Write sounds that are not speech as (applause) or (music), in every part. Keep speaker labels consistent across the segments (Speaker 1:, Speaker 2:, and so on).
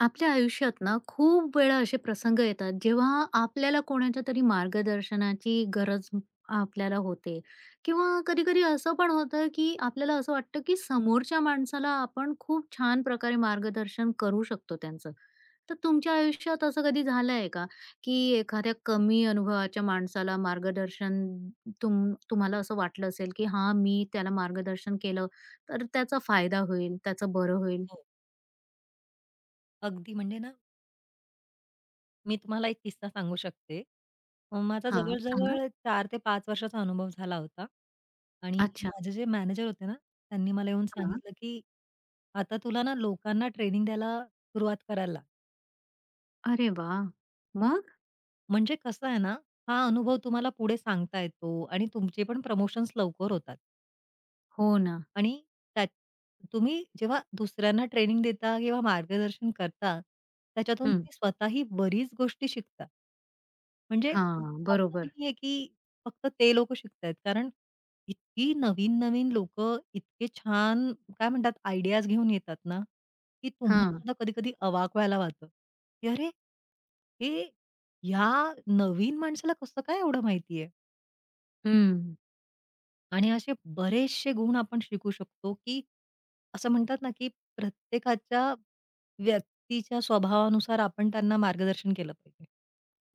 Speaker 1: आपल्या आयुष्यात ना खूप वेळा असे प्रसंग येतात जेव्हा आपल्याला कोणाच्या तरी मार्गदर्शनाची गरज आपल्याला होते. किंवा कधी कधी असं पण होतं की आपल्याला असं वाटतं की समोरच्या माणसाला आपण खूप छान प्रकारे मार्गदर्शन करू शकतो त्यांचं. तर तुमच्या आयुष्यात असं कधी झालंय का की एखाद्या कमी अनुभवाच्या माणसाला मार्गदर्शन तुम्हाला असं वाटलं असेल की हा मी त्याला मार्गदर्शन केलं तर त्याचा फायदा होईल त्याचं बरं होईल.
Speaker 2: हो. अगदी म्हणजे ना, मी तुम्हाला एक किस्सा सांगू शकते. माझा
Speaker 1: हा. सांगा.
Speaker 2: जवळ-जवळ 4 ते 5 वर्षाचा अनुभव झाला होता. आणि
Speaker 1: अच्छा.
Speaker 2: माझे जे मॅनेजर होते ना, त्यांनी मला येऊन सांगितलं, की "आता तुला ना लोकांना ट्रेनिंग द्यायला सुरुवात करायला लाग."
Speaker 1: अरे वाह! मग?
Speaker 2: म्हणजे कसं आहे ना, हा अनुभव तुम्हाला पुढे सांगता येतो आणि तुमचे पण प्रमोशन्स लवकर होतात.
Speaker 1: हो ना.
Speaker 2: आणि त्यात तुम्ही जेव्हा दुसऱ्यांना ट्रेनिंग देता किंवा मार्गदर्शन करता, त्याच्यातून
Speaker 1: हं.
Speaker 2: तुम्ही स्वतःही बरीच गोष्टी शिकता. म्हणजे
Speaker 1: हा,
Speaker 2: असं
Speaker 1: बरोबर.
Speaker 2: नाहीये, की फक्त ते लोकं शिकतायत. कारण इतकी नवीन-नवीन लोकं इतके छान काय म्हणतात आयडियाज घेऊन येतात ना, की तुम्हाला
Speaker 1: हां.
Speaker 2: सुद्धा कधी-कधी अवाक व्हायला वाटतं, की "अरे! हे ह्या नवीन माणसाला कसं काय एवढं माहिती
Speaker 1: हं.
Speaker 2: आणि असे बरेचसे गुण आपण शिकू शकतो, की असं म्हणतात ना, की प्रत्येकाच्या व्यक्तीच्या स्वभावानुसार आपण त्यांना मार्गदर्शन केलं पाहिजे.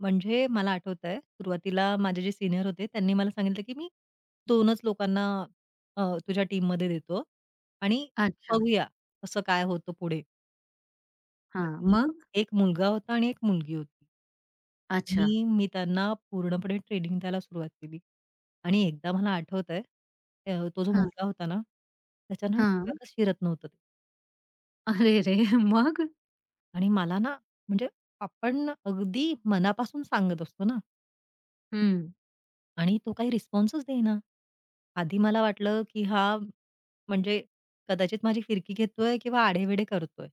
Speaker 2: म्हणजे मला आठवतंय सुरुवातीला माझे जे सीनियर होते त्यांनी मला सांगितलं, की "मी दोनच लोकांना तुझ्या टीममध्ये देतो आणि
Speaker 1: अच्छा.
Speaker 2: बघूया कसं काय होतं पुढे."
Speaker 1: हां.
Speaker 2: आणि
Speaker 1: मग?
Speaker 2: एक मुलगा होता आणि एक मुलगी होती.
Speaker 1: अच्छा.
Speaker 2: आणि मी त्यांना पूर्णपणे ट्रेनिंग द्यायला सुरुवात केली. आणि एकदा मला आठवतंय, अ, तो जो
Speaker 1: हां.
Speaker 2: मुलगा होता ना, त्याच्या ना
Speaker 1: हां.
Speaker 2: डोक्यातच शिरत नव्हतं ते.
Speaker 1: अरे रे! (laughs) मग?
Speaker 2: आणि मला ना म्हणजे आपण अगदी मनापासून सांगत असतो ना
Speaker 1: हं.
Speaker 2: आणि तो काही रिस्पॉन्सच देईना. आधी मला वाटलं, की हा म्हणजे कदाचित माझी फिरकी घेतोय किंवा आढेवेढे करतोय.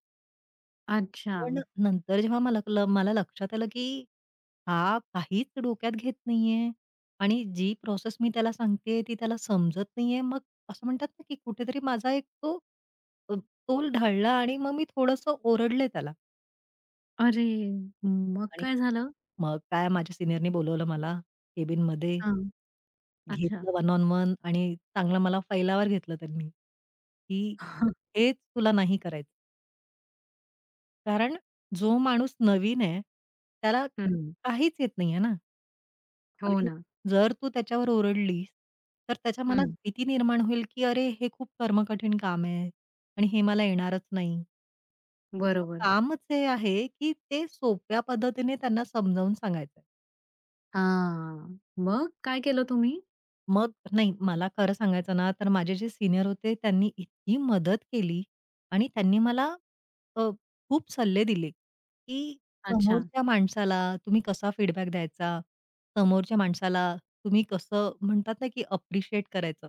Speaker 1: अच्छा.
Speaker 2: पण नंतर जेव्हा मला लक्षात आलं, की हा काहीच डोक्यात घेत नाहीये आणि जी प्रोसेस मी त्याला सांगतेय ती त्याला समजत नाहीये. मग असं म्हणतात ना, की कुठेतरी माझा एक तो तोल ढळला आणि मग मी थोडंसं ओरडले त्याला
Speaker 1: अरे! मग
Speaker 2: आणि
Speaker 1: काय झालं?
Speaker 2: मग काय माझ्या सीनियरनी बोलवलं मला केबिनमध्ये.
Speaker 1: हां. अच्छा.
Speaker 2: घेतलं वन ऑन वन आणि चांगलं मला फैलावर घेतलं त्यांनी, की
Speaker 1: (laughs)
Speaker 2: हेच तुला नाही करायचं. कारण जो माणूस नवीन आहे, त्याला
Speaker 1: हं.
Speaker 2: काहीच येत नाहीये ना.
Speaker 1: हो
Speaker 2: आणि
Speaker 1: ना.
Speaker 2: जर तू त्याच्यावर ओरडलीस, तर त्याच्या मनात
Speaker 1: हं.
Speaker 2: भीती निर्माण होईल, की "अरे, हे खूप कर्मकठीण काम आहे आणि हे मला येणारच नाही." तुझं
Speaker 1: बरोबर.
Speaker 2: कामच हे आहे, की ते सोप्या पद्धतीने त्यांना समजावून सांगायचं.
Speaker 1: हां. मग काय केलं तुम्ही?
Speaker 2: मग नाही, मला खरं सांगायचं ना, तर माझे जे सीनियर होते त्यांनी इतकी मदत केली आणि त्यांनी मला अ, खूप सल्ले दिले, की
Speaker 1: अच्छा.
Speaker 2: समोरच्या माणसाला तुम्ही कसा फीडबॅक द्यायचा? समोरच्या माणसाला तुम्ही कसं म्हणतात ना, की अप्रिशिएट करायचं.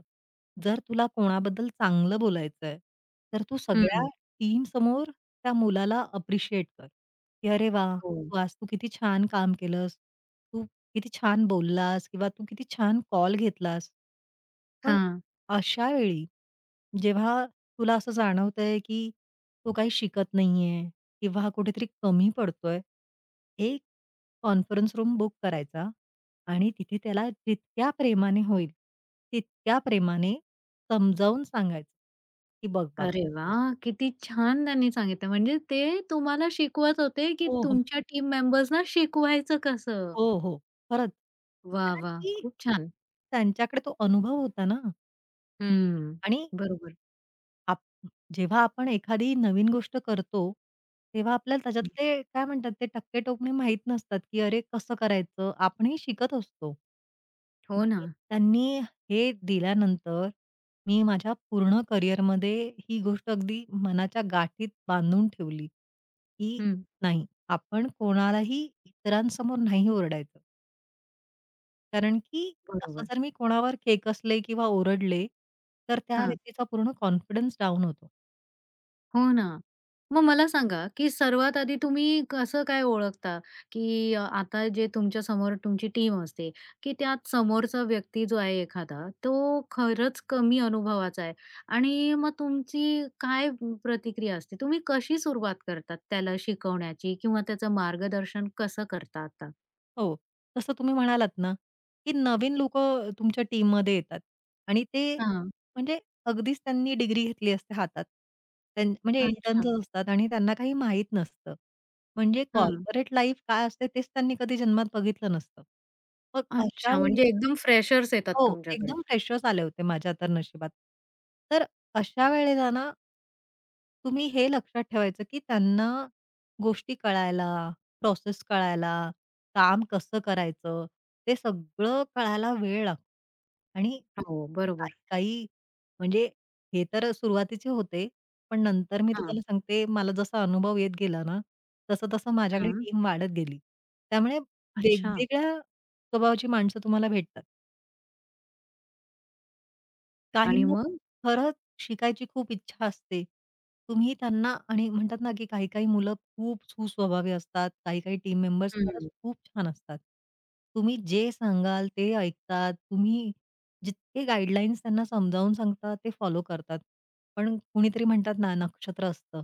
Speaker 2: जर तुला कोणाबद्दल चांगलं बोलायचंय, तर तू सगळ्या
Speaker 1: हं.
Speaker 2: टीमसमोर त्या मुलाला अप्रिशिएट कर, की "अरे वाह!
Speaker 1: हो.
Speaker 2: तू आज तू किती छान काम केलंस. तू किती छान बोललास किंवा तू किती छान कॉल घेतलास. पण अशा वेळी जेव्हा तुला असं जाणवतंय, की तो काही शिकत नाहीये किंवा कुठेतरी कमी पडतोय, एक कॉन्फरन्स रूम बुक करायचा आणि तिथे त्याला जितक्या प्रेमाने होईल, तितक्या प्रेमाने समजावून सांगायचं, की "बघ बाबा"
Speaker 1: अरे वा, किती छान त्यांनी सांगितलं. म्हणजे ते तुम्हाला शिकवत होते, की
Speaker 2: हो, हो.
Speaker 1: तुमच्या टीम मेंबर्सना शिकवायचं कसं.
Speaker 2: हो, हो. खरंच.
Speaker 1: वाह!
Speaker 2: कारण
Speaker 1: वा,
Speaker 2: की
Speaker 1: खूप छान.
Speaker 2: त्यांच्याकडे तो अनुभव होता ना
Speaker 1: हं.
Speaker 2: आणि
Speaker 1: बरोबर.
Speaker 2: आप जेव्हा आपण एखादी नवीन गोष्ट करतो, तेव्हा आपल्याला त्याच्यातले काय म्हणतात ते टक्के-टोपणे माहीत नसतात, की अरे कसं करायचं? आपणही शिकत असतो.
Speaker 1: हो ना.
Speaker 2: त्यांनी हे दिल्यानंतर मी माझ्या पूर्ण करिअरमध्ये ही गोष्ट अगदी मनाच्या गाठीत बांधून ठेवली, की
Speaker 1: हं.
Speaker 2: नाही आपण कोणालाही इतरांसमोर नाही ओरडायचं. कारण की असं
Speaker 1: बरोबर.
Speaker 2: जर मी कोणावर खेकसले किंवा ओरडले, तर त्या
Speaker 1: हां.
Speaker 2: व्यक्तीचा पूर्ण कॉन्फिडन्स डाउन होतो.
Speaker 1: हो ना. मग मला सांगा, की सर्वात आधी तुम्ही कसं काय ओळखता, की आता जे तुमच्या समोर तुमची टीम असते, की त्यात समोरचा व्यक्ती जो आहे एखादा, तो खरंच कमी अनुभवाचा आहे आणि मग तुमची काय प्रतिक्रिया असते? तुम्ही कशी सुरुवात करतात त्याला शिकवण्याची किंवा त्याचं मार्गदर्शन कसं करता आता?
Speaker 2: हो. जसं तुम्ही म्हणालात ना, की नवीन लोकं तुमच्या टीममध्ये येतात आणि ते
Speaker 1: हां.
Speaker 2: म्हणजे अगदीच त्यांनी डिग्री घेतली असते हातात. म्हणजे
Speaker 1: अच्छा.
Speaker 2: इंटर्न्सच असतात आणि त्यांना काही माहीत नसतं. म्हणजे हं.
Speaker 1: हां.
Speaker 2: कॉर्पोरेट लाईफ काय असते तेच त्यांनी कधी जन्मात बघितलं नसतं. मग अशा
Speaker 1: अच्छा,
Speaker 2: वेळी
Speaker 1: म्हणजे एकदम फ्रेशर्स येतात
Speaker 2: हो,
Speaker 1: तुमच्याकडे.
Speaker 2: एकदम फ्रेशर्स आले होते माझ्या तर नशिबात. तर अशा वेळेला ना तुम्ही हे लक्षात ठेवायचं, की त्यांना गोष्टी कळायला, प्रोसेस कळायला काम कसं करायचं? ते सगळं कळायला वेळ लागतो. आणि
Speaker 1: हो,
Speaker 2: काही
Speaker 1: बरोबर.
Speaker 2: काही म्हणजे हे तर सुरुवातीचे होते. पण नंतर मी
Speaker 1: हां,
Speaker 2: तुम्हाला सांगते मला जसा अनुभव येत गेला ना, तसं-तसं माझ्याकडे
Speaker 1: हां.
Speaker 2: टीम वाढत गेली. त्यामुळे
Speaker 1: अच्छा.
Speaker 2: वेगवेगळ्या स्वभावाची माणसं तुम्हाला भेटतात.
Speaker 1: आणि
Speaker 2: काहींना
Speaker 1: मग?
Speaker 2: खरंच शिकायची खूप इच्छा असते. तुम्ही त्यांना आणि म्हणतात ना, की काही-काही मुलं खूप सुस्वभावी असतात, काही-काही टीम मेंबर्स खरंच
Speaker 1: हं,
Speaker 2: खूप छान असतात. तुम्ही जे सांगाल ते ऐकतात. तुम्ही जितके गाईडलाईन्स त्यांना समजावून सांगता ते फॉलो करतात. पण कुणीतरी म्हणतात ना, नक्षत्र असतं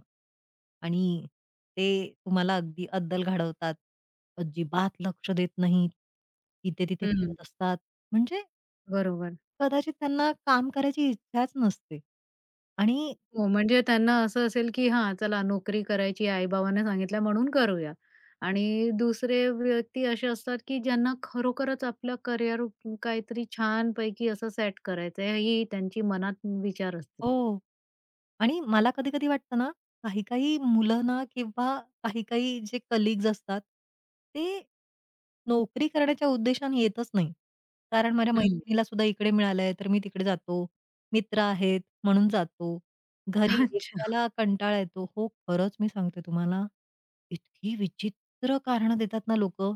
Speaker 2: आणि ते तुम्हाला अगदी अद्दल घडवतात. अजिबात लक्ष देत नाहीत. इथे-तिथे
Speaker 1: हं.
Speaker 2: फिरत असतात. म्हणजे
Speaker 1: बरोबर.
Speaker 2: कदाचित त्यांना काम करायची इच्छाच नसते. आणि
Speaker 1: हो, म्हणजे त्यांना असं असेल, की हां, चला नोकरी करायची आई-बाबांनी सांगितलं म्हणून करूया. आणि दुसरे व्यक्ती असे असतात, की ज्यांना खरोखरच आपलं करिअर काहीतरी छानपैकी असं सेट करायचं आहे, ही त्यांची मनात विचार असतील.
Speaker 2: हो. आणि मला कधी-कधी वाटतं ना, काही-काही मुलं ना किंवा काही-काही जे कलीग्ज असतात, ते नोकरी करण्याच्या उद्देशाने येतच नाही. कारण माझ्या
Speaker 1: हं.
Speaker 2: मैत्रिणीला सुद्धा इकडे मिळालंय, तर मी तिकडे जातो. मित्र आहेत म्हणून जातो. घरी
Speaker 1: (laughs) अच्छा.
Speaker 2: एकट्याला कंटाळा येतो. हो, खरंच मी सांगते तुम्हाला, इतकी विचित्र कारणं देतात ना लोकं.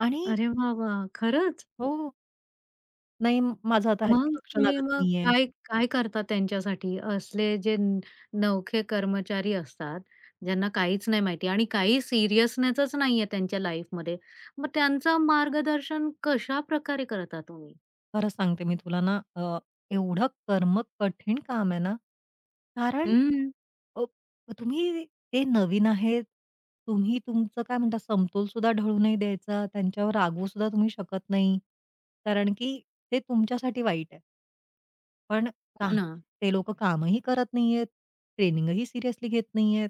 Speaker 2: आणि
Speaker 1: अरे वाह, वाह! खरंच.
Speaker 2: हो, नाही माझं आता ह्याच्यात
Speaker 1: मग
Speaker 2: लक्ष
Speaker 1: तुम्ही
Speaker 2: लागत
Speaker 1: मग
Speaker 2: नाहीये.
Speaker 1: काय काय करता त्यांच्यासाठी? असले जे नवखे कर्मचारी असतात, ज्यांना काहीच नाही माहिती आणि काही सीरियसनेसच नाहीये त्यांच्या लाईफमध्ये. मग त्यांचं मार्गदर्शन कशाप्रकारे करता तुम्ही?
Speaker 2: खरं सांगते मी तुला ना, एवढं कर्म कठीण काम आहे ना, कारण
Speaker 1: हं.
Speaker 2: अ, तुम्ही ते नवीन आहेत. तुम्ही तुमचं काय म्हणता समतोल सुद्धा ढळू नाही द्यायचा. त्यांच्यावर रागवू सुद्धा तुम्ही शकत नाही. कारण की ते तुमच्यासाठी वाईट आहे. पण हो.
Speaker 1: हो
Speaker 2: काम
Speaker 1: ना.
Speaker 2: ते लोकं कामही करत नाहीयेत. ट्रेनिंगही सिरियसली घेत नाहीयेत.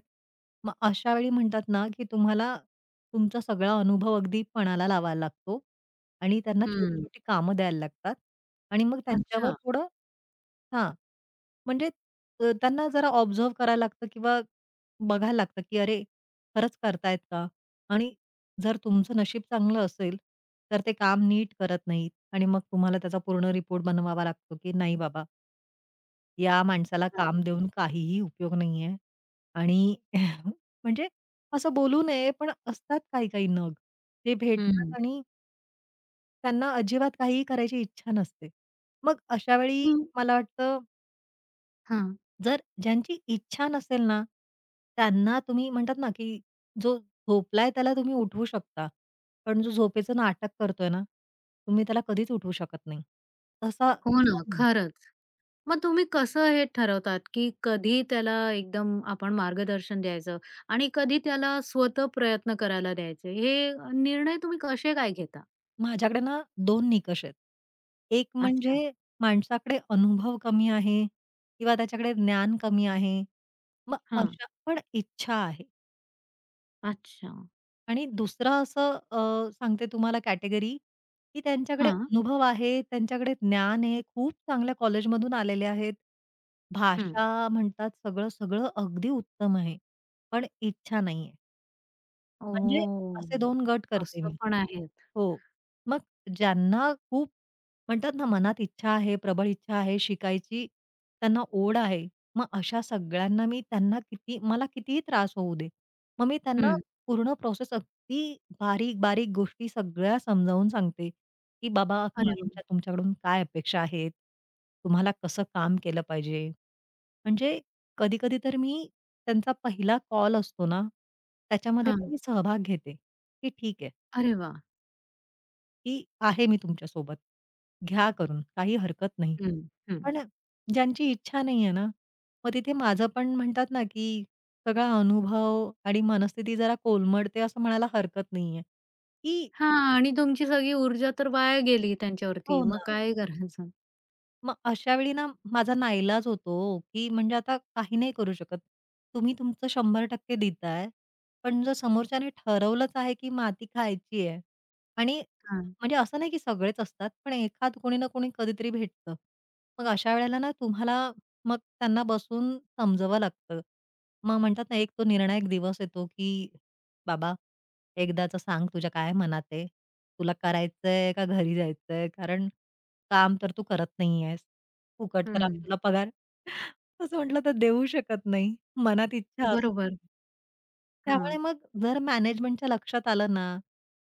Speaker 2: मग अशा वेळी म्हणतात ना, की तुम्हाला तुमचा सगळा अनुभव अगदी पणाला लावायला लागतो. आणि त्यांना
Speaker 1: हं.
Speaker 2: छोटी-छोटी कामं द्यायला लागतात आणि मग त्यांच्यावर
Speaker 1: अच्छा.
Speaker 2: थोडं हां, म्हणजे त्यांना जरा ऑब्झर्व्ह करायला लागतं किंवा बघायला लागतं, की अरे, खरंच करतायत का? आणि जर तुमचं नशीब चांगलं असेल, तर ते काम नीट करत नाहीत आणि मग तुम्हाला त्याचा पूर्ण रिपोर्ट बनवावा लागतो, की नाही बाबा, या माणसाला काम
Speaker 1: अच्छा.
Speaker 2: देऊन काहीही उपयोग नाहीये आणि (laughs) म्हणजे असं बोलू नये, पण असतात काही-काही नग. ते
Speaker 1: हं.
Speaker 2: भेटतात आणि त्यांना अजिबात काहीही करायची इच्छा नसते. मग अशा वेळी
Speaker 1: हं.
Speaker 2: मला वाटतं
Speaker 1: हां.
Speaker 2: जर ज्यांची इच्छा नसेल ना, त्यांना तुम्ही म्हणतात ना, की जो झोपलाय त्याला तुम्ही उठवू शकता. पण जो झोपेचं नाटक करतोय ना, तुम्ही त्याला कधीच उठवू शकत नाही. तसा
Speaker 1: हो ना.
Speaker 2: तसं
Speaker 1: खरंच. मग तुम्ही कसं हे ठरवतात, की कधी त्याला एकदम आपण मार्गदर्शन द्यायचं आणि कधी त्याला स्वतः प्रयत्न करायला द्यायचे, हे निर्णय तुम्ही कसे काय घेता?
Speaker 2: माझ्याकडे ना 2 निकष आहेत. एक
Speaker 1: अच्छा.
Speaker 2: म्हणजे माणसाकडे अनुभव कमी आहे किंवा त्याच्याकडे ज्ञान कमी आहे. मग
Speaker 1: हां.
Speaker 2: अशा पण इच्छा आहे.
Speaker 1: अच्छा.
Speaker 2: आणि दुसरं असं सांगते तुम्हाला कॅटेगरी, की त्यांच्याकडे
Speaker 1: हां.
Speaker 2: अनुभव आहे, त्यांच्याकडे ज्ञान आहे, खूप चांगल्या कॉलेजमधून आलेले आहेत.
Speaker 1: हं.
Speaker 2: भाषा म्हणतात सगळं, सगळं अगदी उत्तम आहे. पण इच्छा नाहीये. म्हणजे
Speaker 1: ओह!
Speaker 2: असे दोन गट करते
Speaker 1: असं
Speaker 2: मी.
Speaker 1: पण आहेत.
Speaker 2: हो. मग ज्यांना खूप म्हणतात ना, मनात इच्छा आहे, प्रबळ इच्छा आहे शिकायची, त्यांना ओढ आहे. मग अशा सगळ्यांना मी त्यांना किती मला कितीही त्रास होऊ दे, मग मी त्यांना
Speaker 1: हं.
Speaker 2: पूर्ण प्रोसेस अगदी बारीक-बारीक गोष्टी सगळ्या समजावून सांगते, की बाबा
Speaker 1: अरे वाह!
Speaker 2: क्लायंटच्या तुमच्याकडून काय अपेक्षा आहेत? तुम्हाला कसं काम केलं पाहिजे? म्हणजे कधी-कधी तर मी त्यांचा पहिला कॉल असतो ना, त्याच्यामध्ये पण
Speaker 1: हां.
Speaker 2: मी सहभाग घेते, की ठीक आहे,
Speaker 1: अरे वाह!
Speaker 2: की आहे मी तुमच्या सोबत, घ्या करून, काही हरकत नाही.
Speaker 1: हं, हं.
Speaker 2: पण ज्यांची इच्छा नाही आहे ना, मग तिथे माझं पण म्हणतात ना, की सगळा अनुभव आणि मनस्थिती जरा कोलमडते असं म्हणायला हरकत नाहीये, की
Speaker 1: हां, आणि तुमची सगळी ऊर्जा तर वाया गेली त्यांच्यावरती.
Speaker 2: हो
Speaker 1: मग
Speaker 2: ना.
Speaker 1: काय करायचं?
Speaker 2: मग अशा वेळी ना, माझा नाईलाज होतो की म्हणजे आता काही नाही करू शकत. तुम्ही तुमचं 100% देताय, पण जर समोरच्याने ठरवलंच आहे, की माती खायची आहे आणि
Speaker 1: हां.
Speaker 2: म्हणजे असं नाही की सगळेच असतात, पण एखाद कोणी ना कोणी कधीतरी भेटतं. मग अशा वेळेला ना तुम्हाला मग त्यांना बसून समजवावं लागतं. मग म्हणतात ना, एक तो निर्णायक दिवस येतो, की "बाबा, एकदाचं सांग तुझ्या काय मनात आहे? तुला करायचंय का घरी जायचंय? कारण काम तर तू करत नाही आहेस. फुकट तर आम्ही
Speaker 1: हं.
Speaker 2: तुला पगार (laughs) असं म्हटलं तर देऊ शकत नाही. मनात इच्छा असूनही.
Speaker 1: बरोबर.
Speaker 2: त्यामुळे
Speaker 1: हां.
Speaker 2: मग जर मॅनेजमेंटच्या लक्षात आलं ना,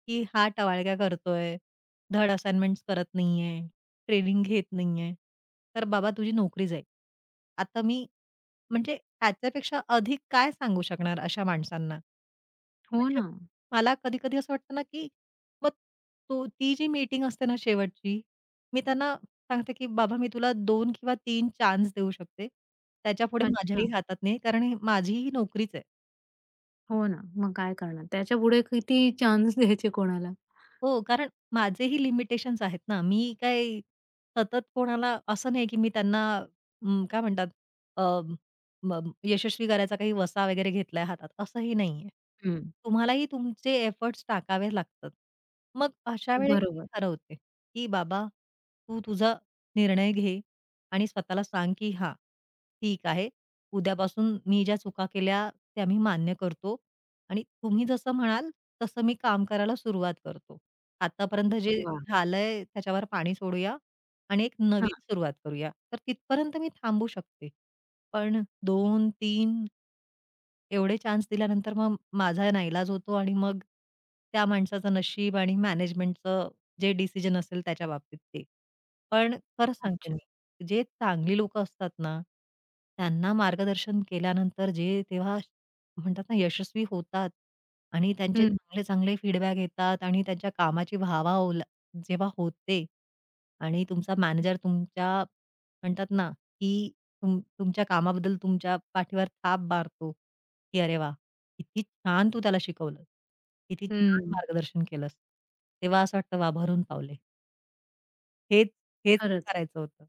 Speaker 2: की हा टवाळक्या करतोय, धड असाइनमेंट्स करत नाहीये, ट्रेनिंग घेत नाहीये, तर बाबा तुझी नोकरी जाईल. आता मी म्हणजे ह्याच्यापेक्षा अधिक काय सांगू शकणार अशा माणसांना?
Speaker 1: हो
Speaker 2: म्हणजे
Speaker 1: ना.
Speaker 2: मला कधी-कधी असं वाटतं ना, की मग ती जी मीटिंग असते ना शेवटची, मी त्यांना सांगते, की "बाबा मी तुला 2 किंवा तीन चान्स देऊ शकते. त्याच्यापुढे माझ्याही
Speaker 1: अच्छा.
Speaker 2: हातात नाही, कारण माझीही नोकरीच आहे."
Speaker 1: हो ना, मग काय करणार? त्याच्यापुढे किती चान्स (laughs) द्यायचे कोणाला?
Speaker 2: हो, कारण माझेही लिमिटेशन्स आहेत ना. मी काय सतत कोणाला असं नाही, की मी त्यांना काय म्हणतात अ, म यशस्वी करायचा काही वसा वगैरे घेतलाय हातात, असंही नाहीये.
Speaker 1: हं.
Speaker 2: तुम्हालाही तुमचे एफर्ट्स टाकावे लागतात. मग अशा वेळेस मी
Speaker 1: बरोबर.
Speaker 2: ठरवते, की बाबा तू तुझा निर्णय घे आणि स्वतःला सांग, की "हां, ठीक आहे. उद्यापासून मी ज्या चुका केल्या त्या मी मान्य करतो आणि तुम्ही जसं म्हणाल, तसं मी काम करायला सुरुवात करतो. आतापर्यंत जे
Speaker 1: वाह!
Speaker 2: झालंय त्याच्यावर पाणी सोडूया आणि एक
Speaker 1: हां,
Speaker 2: नवीन सुरुवात करूया. तर तिथपर्यंत मी थांबू शकते. पण दोन, तीन, एवढे चान्स दिल्यानंतर मग माझा नाईलाज होतो आणि मग त्या माणसाचं नशीब आणि मॅनेजमेंटचं जे डिसिजन असेल त्याच्या बाबतीत ते. पण खरं सांगते
Speaker 1: अच्छा.
Speaker 2: मी, जे चांगली लोकं असतात ना, त्यांना मार्गदर्शन केल्यानंतर जे तेव्हा म्हणतात ना यशस्वी होतात आणि त्यांचे
Speaker 1: हं,
Speaker 2: चांगले-चांगले फीडबॅक येतात आणि त्यांच्या कामाची वाहवा जेव्हा होते आणि तुमचा मॅनेजर तुमच्या म्हणतात ना, की तुमच्या कामाबद्दल तुमच्या पाठीवर थाप मारतो. की अरे वा, किती छान तू त्याला शिकवलं. किती छान
Speaker 1: हं.
Speaker 2: मार्गदर्शन केलंस. तेव्हा असं वाटतं वा भरून पावले. हेच हेच
Speaker 1: खरंच.
Speaker 2: करायचं होतं.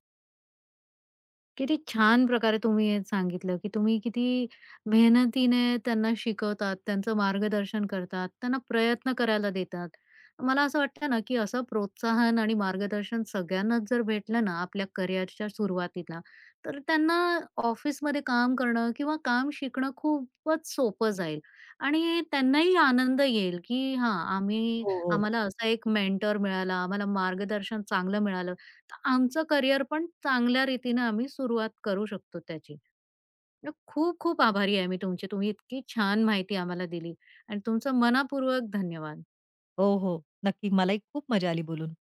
Speaker 1: किती छान प्रकारे तुम्ही हे सांगितलं, की तुम्ही किती मेहनतीने त्यांना शिकवतात, त्यांचं मार्गदर्शन करतात, त्यांना प्रयत्न करायला देतात. मला असं वाटतं ना, की असं प्रोत्साहन आणि मार्गदर्शन सगळ्यांनाच जर भेटलं ना, आपल्या करिअरच्या सुरुवातीला, तर त्यांना ऑफिसमध्ये काम करणं किंवा काम शिकणं खूपच सोपं जाईल आणि त्यांनाही आनंद येईल, की हां,
Speaker 2: हो, हो.
Speaker 1: आम्हाला असा एक मेंटर मिळाला, आम्हाला मार्गदर्शन चांगलं मिळालं. तर आमचं करिअर पण चांगल्या रीतीनं आम्ही सुरुवात करू शकतो त्याची. तर खूप खूप आभारी आहे मी तुमची. तुम्ही इतकी छान माहिती आम्हाला दिली आणि तुमचं मनःपूर्वक धन्यवाद.
Speaker 2: हो, हो. नक्की. मलाही खूप मजा आली बोलून.